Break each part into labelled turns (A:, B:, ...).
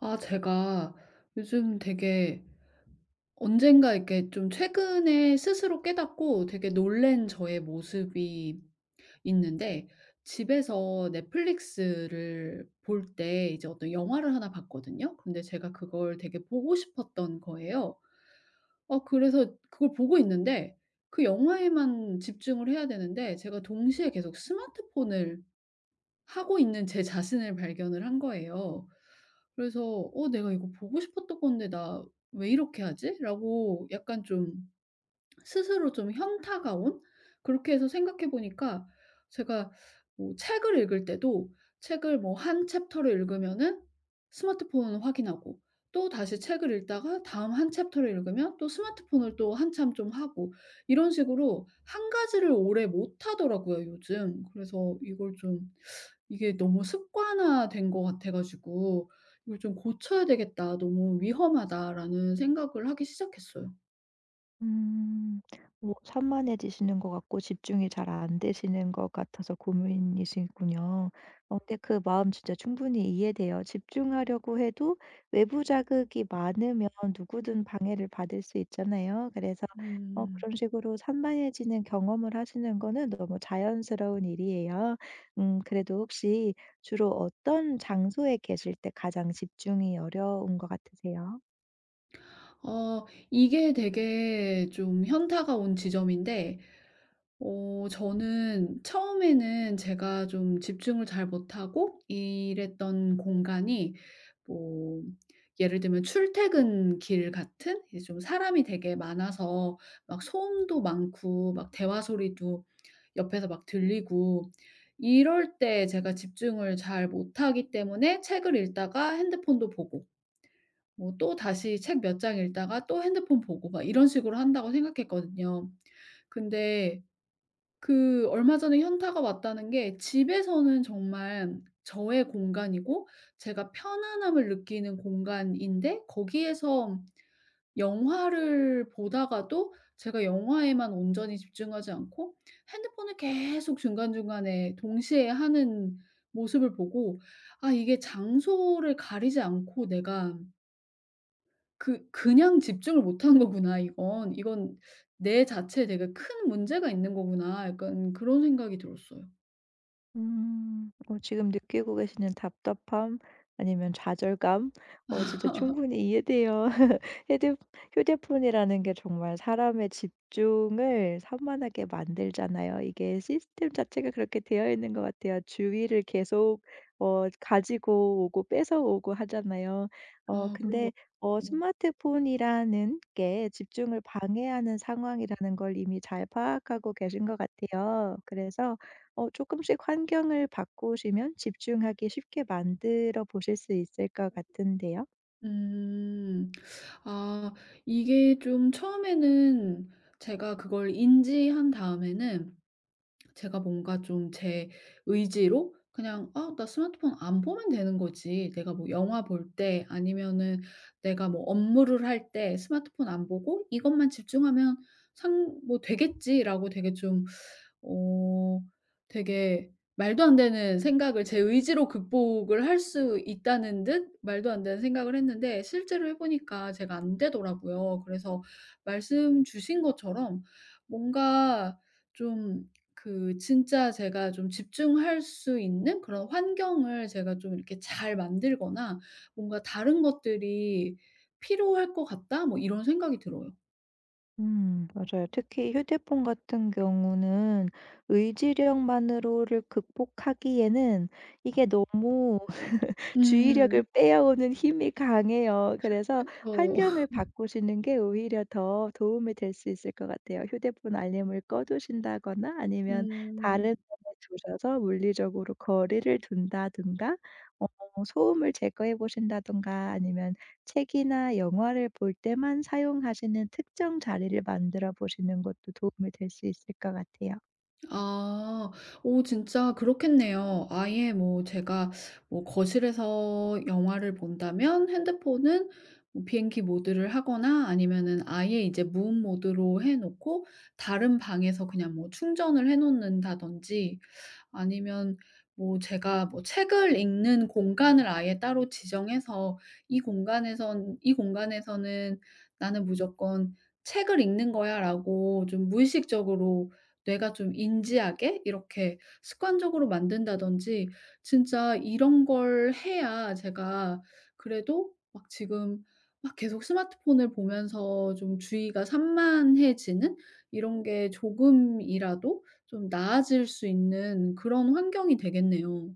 A: 아, 제가 요즘 되게 언젠가 이렇게 좀 최근에 스스로 깨닫고 되게 놀란 저의 모습이 있는데, 집에서 넷플릭스를 볼 때 이제 어떤 영화를 하나 봤거든요. 근데 제가 그걸 되게 보고 싶었던 거예요. 그래서 그걸 보고 있는데, 그 영화에만 집중을 해야 되는데, 제가 동시에 계속 스마트폰을 하고 있는 제 자신을 발견을 한 거예요. 그래서 '어, 내가 이거 보고 싶었던 건데 나 왜 이렇게 하지?'라고 약간 좀 스스로 좀 현타가 온? 그렇게 해서 생각해 보니까, 제가 뭐 책을 읽을 때도 책을 뭐 한 챕터를 읽으면은 스마트폰을 확인하고, 또 다시 책을 읽다가 다음 한 챕터를 읽으면 또 스마트폰을 또 한참 좀 하고, 이런 식으로 한 가지를 오래 못 하더라고요, 요즘. 그래서 이걸 좀, 이게 너무 습관화된 것 같아 가지고 '이걸 좀 고쳐야 되겠다. 너무 위험하다.'라는 생각을 하기 시작했어요.
B: 음. 뭐 산만해지시는 것 같고 집중이 잘 안 되시는 것 같아서 고민이시군요. 근데 그 마음 진짜 충분히 이해돼요. 집중하려고 해도 외부 자극이 많으면 누구든 방해를 받을 수 있잖아요. 그래서
A: 음.
B: 그런 식으로 산만해지는 경험을 하시는 거는 너무 자연스러운 일이에요. 그래도 혹시 주로 어떤 장소에 계실 때 가장 집중이 어려운 것 같으세요?
A: 어 이게 되게 좀 현타가 온 지점인데, 저는 처음에는 제가 좀 집중을 잘 못하고 일했던 공간이, 뭐 예를 들면 출퇴근 길 같은 이제 좀 사람이 되게 많아서 막 소음도 많고 막 대화 소리도 옆에서 막 들리고, 이럴 때 제가 집중을 잘 못하기 때문에 책을 읽다가 핸드폰도 보고 뭐 또 다시 책 몇 장 읽다가 또 핸드폰 보고 막 이런 식으로 한다고 생각했거든요. 근데 그 얼마 전에 현타가 왔다는 게, 집에서는 정말 저의 공간이고 제가 편안함을 느끼는 공간인데, 거기에서 영화를 보다가도 제가 영화에만 온전히 집중하지 않고 핸드폰을 계속 중간중간에 동시에 하는 모습을 보고, '아, 이게 장소를 가리지 않고 내가 그, 그냥 집중을 못한 거구나 이건. 이건 내 자체에 되게 큰 문제가 있는 거구나.' 약간 그런 생각이 들었어요.
B: 음. 지금 느끼고 계시는 답답함 아니면 좌절감 진짜 충분히 이해돼요. 휴대 휴대폰이라는 게 정말 사람의 집중을 산만하게 만들잖아요. 이게 시스템 자체가 그렇게 되어 있는 것 같아요. 주의를 계속 가지고 오고 뺏어 오고 하잖아요. 어
A: 아, 그런 것
B: 근데 어
A: 같요
B: 스마트폰이라는 게 집중을 방해하는 상황이라는 걸 이미 잘 파악하고 계신 것 같아요. 그래서 조금씩 환경을 바꾸시면 집중하기 쉽게 만들어 보실 수 있을 것 같은데요.
A: 음. 아, 이게 좀 처음에는, 제가 그걸 인지한 다음에는, 제가 뭔가 좀 제 의지로 그냥 '아, 나 스마트폰 안 보면 되는 거지. 내가 뭐 영화 볼 때 아니면은 내가 뭐 업무를 할 때 스마트폰 안 보고 이것만 집중하면 상 뭐 되겠지.'라고, 되게 좀 어 되게 말도 안 되는 생각을, 제 의지로 극복을 할 수 있다는 듯 말도 안 되는 생각을 했는데, 실제로 해 보니까 제가 안 되더라고요. 그래서 말씀 주신 것처럼, 뭔가 좀 그 진짜 제가 좀 집중할 수 있는 그런 환경을 제가 좀 이렇게 잘 만들거나, 뭔가 다른 것들이 필요할 것 같다, 뭐 이런 생각이 들어요.
B: 맞아요. 특히 휴대폰 같은 경우는 의지력만으로를 극복하기에는 이게 너무
A: 음.
B: 주의력을 빼앗오는 힘이 강해요. 그래서
A: 그쵸.
B: 환경을 바꾸시는 게 오히려 더 도움이 될 수 있을 것 같아요. 휴대폰 알림을 꺼 두신다거나 아니면 다른
A: 음.
B: 곳에 두셔서 물리적으로 거리를 둔다든가 어 소음을 제거해 보신다든가 아니면 책이나 영화를 볼 때만 사용하시는 특정 자리를 만들어 보시는 것도 도움이 될 수 있을 것 같아요.
A: 아. 오, 진짜 그렇겠네요. 아예 뭐 제가, 뭐 거실에서 영화를 본다면 핸드폰은 뭐 비행기 모드를 하거나 아니면은 아예 이제 무음 모드로 해 놓고 다른 방에서 그냥 뭐 충전을 해 놓는다든지, 아니면 뭐 제가 뭐 책을 읽는 공간을 아예 따로 지정해서 이 공간에서는 '나는 무조건 책을 읽는 거야.'라고, 좀 무의식적으로 뇌가 좀 인지하게 이렇게 습관적으로 만든다든지, 진짜 이런 걸 해야 제가 그래도, 막 지금 막 계속 스마트폰을 보면서 좀 주의가 산만해지는 이런 게 조금이라도 좀 나아질 수 있는 그런 환경이 되겠네요.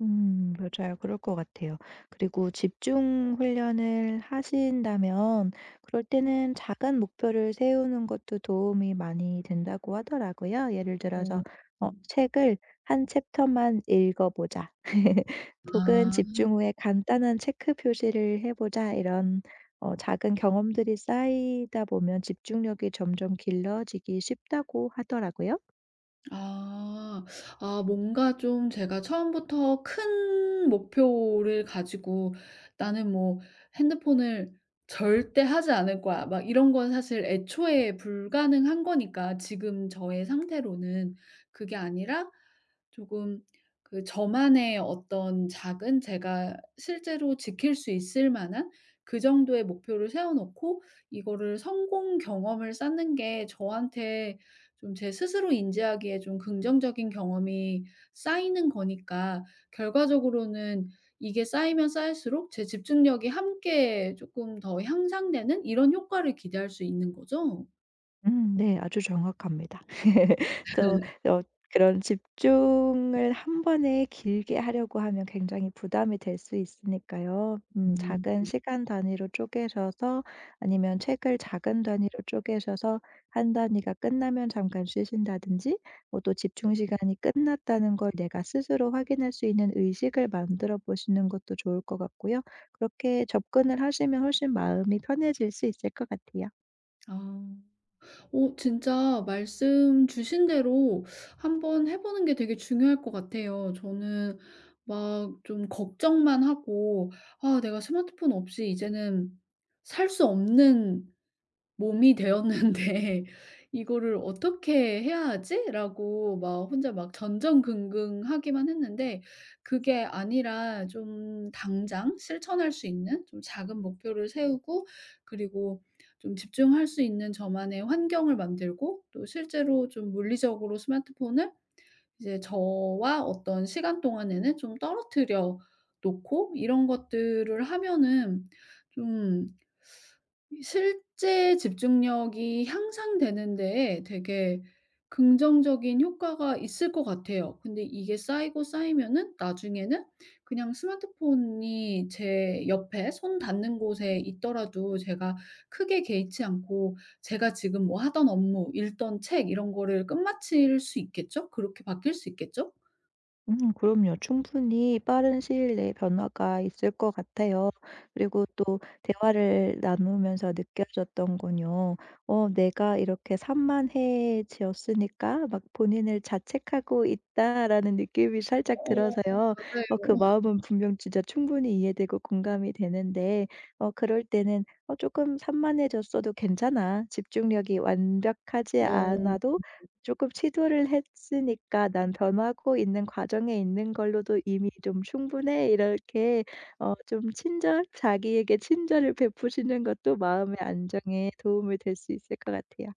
B: 맞아요. 그럴 것 같아요. 그리고 집중 훈련을 하신다면 그럴 때는 작은 목표를 세우는 것도 도움이 많이 된다고 하더라고요. 예를 들어서
A: 어. 음.
B: "책을 한 챕터만 읽어 보자." 혹은
A: 아.
B: "집중 후에 간단한 체크 표시를 해 보자." 이런 작은 경험들이 쌓이다 보면 집중력이 점점 길러지기 쉽다고 하더라고요.
A: 아. 아, 뭔가 좀 제가 처음부터 큰 목표를 가지고 '나는 뭐 핸드폰을 절대 하지 않을 거야.' 막 이런 건 사실 애초에 불가능한 거니까, 지금 저의 상태로는. 그게 아니라 조금, 그 저만의 어떤 작은, 제가 실제로 지킬 수 있을 만한 그 정도의 목표를 세워 놓고, 이거를 성공 경험을 쌓는 게 저한테, 좀 제 스스로 인지하기에 좀 긍정적인 경험이 쌓이는 거니까, 결과적으로는 이게 쌓이면 쌓일수록 제 집중력이 함께 조금 더 향상되는, 이런 효과를 기대할 수 있는 거죠?
B: 네. 아주 정확합니다. 또 어 그런 집중을 한 번에 길게 하려고 하면 굉장히 부담이 될 수 있으니까요.
A: 음.
B: 작은 시간 단위로 쪼개셔서 아니면 책을 작은 단위로 쪼개셔서 한 단위가 끝나면 잠깐 쉬신다든지 뭐 또 집중 시간이 끝났다는 걸 내가 스스로 확인할 수 있는 의식을 만들어 보시는 것도 좋을 것 같고요. 그렇게 접근을 하시면 훨씬 마음이 편해질 수 있을 것 같아요.
A: 아. 진짜 말씀 주신 대로 한번 해 보는 게 되게 중요할 것 같아요. 저는 막 좀 걱정만 하고, '아, 내가 스마트폰 없이 이제는 살 수 없는 몸이 되었는데 이거를 어떻게 해야 하지?'라고, 막 혼자 막 전전긍긍하기만 했는데, 그게 아니라 좀 당장 실천할 수 있는 좀 작은 목표를 세우고, 그리고 좀 집중할 수 있는 저만의 환경을 만들고, 또 실제로 좀 물리적으로 스마트폰을 이제 저와 어떤 시간 동안에는 좀 떨어뜨려 놓고, 이런 것들을 하면은 좀, 이 실제 집중력이 향상되는 데에 되게 긍정적인 효과가 있을 것 같아요. 근데 이게 쌓이고 쌓이면은, 나중에는 그냥 스마트폰이 제 옆에 손 닿는 곳에 있더라도 제가 크게 개의치 않고 제가 지금 뭐 하던 업무, 읽던 책 이런 거를 끝마칠 수 있겠죠? 그렇게 바뀔 수 있겠죠?
B: 그럼요. 충분히 빠른 시일 내에 변화가 있을 것 같아요. 그리고 또 대화를 나누면서 느껴졌던 건요. '내가 이렇게 산만해졌으니까 막 본인을 자책하고 있다.'라는 느낌이 살짝
A: 어,
B: 들어서요. 그
A: 맞아요.
B: 마음은 분명 진짜 충분히 이해되고 공감이 되는데 그럴 때는 '어 조금 산만해졌어도 괜찮아. 집중력이 완벽하지
A: 어.
B: 않아도 조금 시도를 했으니까 난 변하고 있는 과정에 있는 걸로도 이미 좀 충분해.' 이렇게 좀 친절 자기에게 친절을 베푸시는 것도 마음의 안정에 도움이 될 수 있을 것 같아요.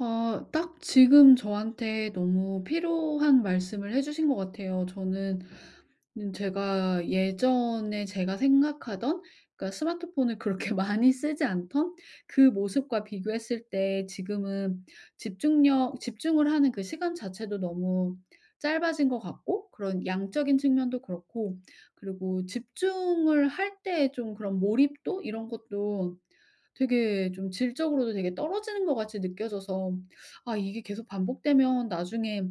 A: 딱 지금 저한테 너무 필요한 말씀을 해 주신 것 같아요. 저는 제가 예전에, 제가 생각하던, 그러니까 스마트폰을 그렇게 많이 쓰지 않던 그 모습과 비교했을 때, 지금은 집중력 집중을 하는 그 시간 자체도 너무 짧아진 것 같고, 그런 양적인 측면도 그렇고, 그리고 집중을 할 때 좀 그런 몰입도 이런 것도 되게 좀 질적으로도 되게 떨어지는 것 같이 느껴져서, '아, 이게 계속 반복되면 나중에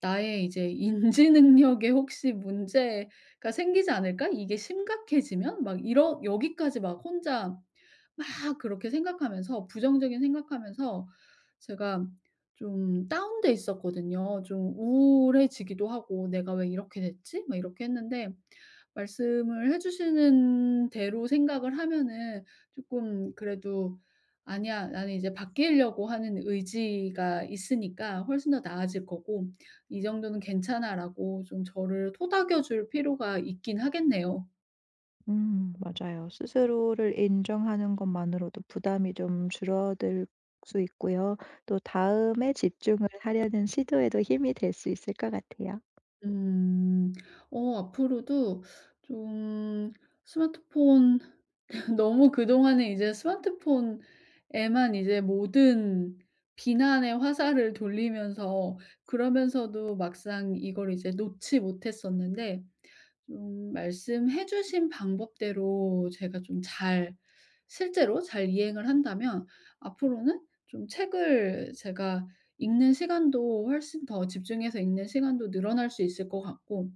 A: 나의 이제 인지 능력에 혹시 문제가 생기지 않을까? 이게 심각해지면?' 막 이러 여기까지 막 혼자 막 그렇게 생각하면서, 부정적인 생각하면서 제가 좀 다운돼 있었거든요. 좀 우울해지기도 하고, '내가 왜 이렇게 됐지?' 막 이렇게 했는데, 말씀을 해 주시는 대로 생각을 하면은 조금 그래도 '아니야. 나는 이제 바뀌려고 하는 의지가 있으니까 훨씬 더 나아질 거고, 이 정도는 괜찮아.'라고 좀 저를 토닥여 줄 필요가 있긴 하겠네요.
B: 맞아요. 스스로를 인정하는 것만으로도 부담이 좀 줄어들 수 있고요. 또 다음에 집중을 하려는 시도에도 힘이 될 수 있을 것 같아요.
A: 음. 앞으로도 좀 스마트폰, 너무 그동안에 이제 스마트폰에만 이제 모든 비난의 화살을 돌리면서, 그러면서도 막상 이걸 이제 놓지 못했었는데, 좀 말씀해 주신 방법대로 제가 좀 잘, 실제로 잘 이행을 한다면, 앞으로는 좀 책을 제가 읽는 시간도, 훨씬 더 집중해서 읽는 시간도 늘어날 수 있을 것 같고,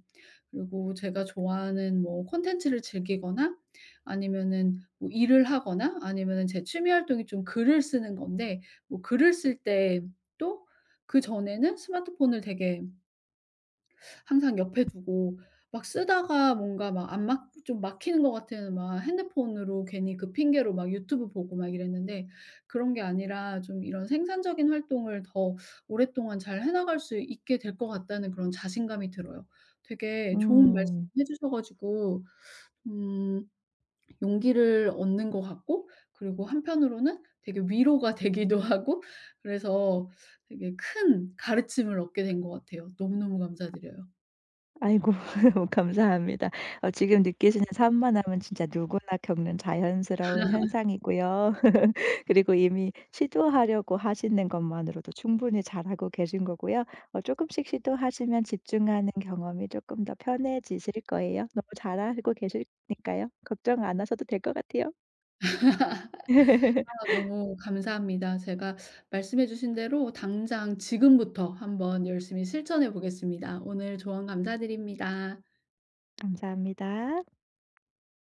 A: 그리고 제가 좋아하는 뭐 콘텐츠를 즐기거나 아니면은 뭐 일을 하거나 아니면은 제 취미 활동이 좀 글을 쓰는 건데, 뭐 글을 쓸 때 또, 그전에는 스마트폰을 되게 항상 옆에 두고 막 쓰다가 뭔가 막 안 막 좀 막히는 것 같으면 막 핸드폰으로 괜히 그 핑계로 막 유튜브 보고 막 이랬는데, 그런 게 아니라 좀 이런 생산적인 활동을 더 오랫동안 잘 해 나갈 수 있게 될 것 같다는 그런 자신감이 들어요. 되게 좋은 말씀
B: 음.
A: 해 주셔 가지고 음 용기를 얻는 것 같고, 그리고 한편으로는 되게 위로가 되기도 하고, 그래서 되게 큰 가르침을 얻게 된 것 같아요. 너무너무 감사드려요.
B: 아이고 감사합니다. 지금 느끼시는 산만함은 진짜 누구나 겪는 자연스러운 현상이고요. 그리고 이미 시도하려고 하시는 것만으로도 충분히 잘하고 계신 거고요. 어금씩 시도하시면 집중하는 경험이 조금 더 편해지실 거예요. 너무 잘하고 계시니까요. 걱정 안 하셔도 될 것 같아요.
A: 아, 너무 감사합니다. 제가 말씀해 주신 대로 당장 지금부터 한번 열심히 실천해 보겠습니다. 오늘 조언 감사드립니다.
B: 감사합니다.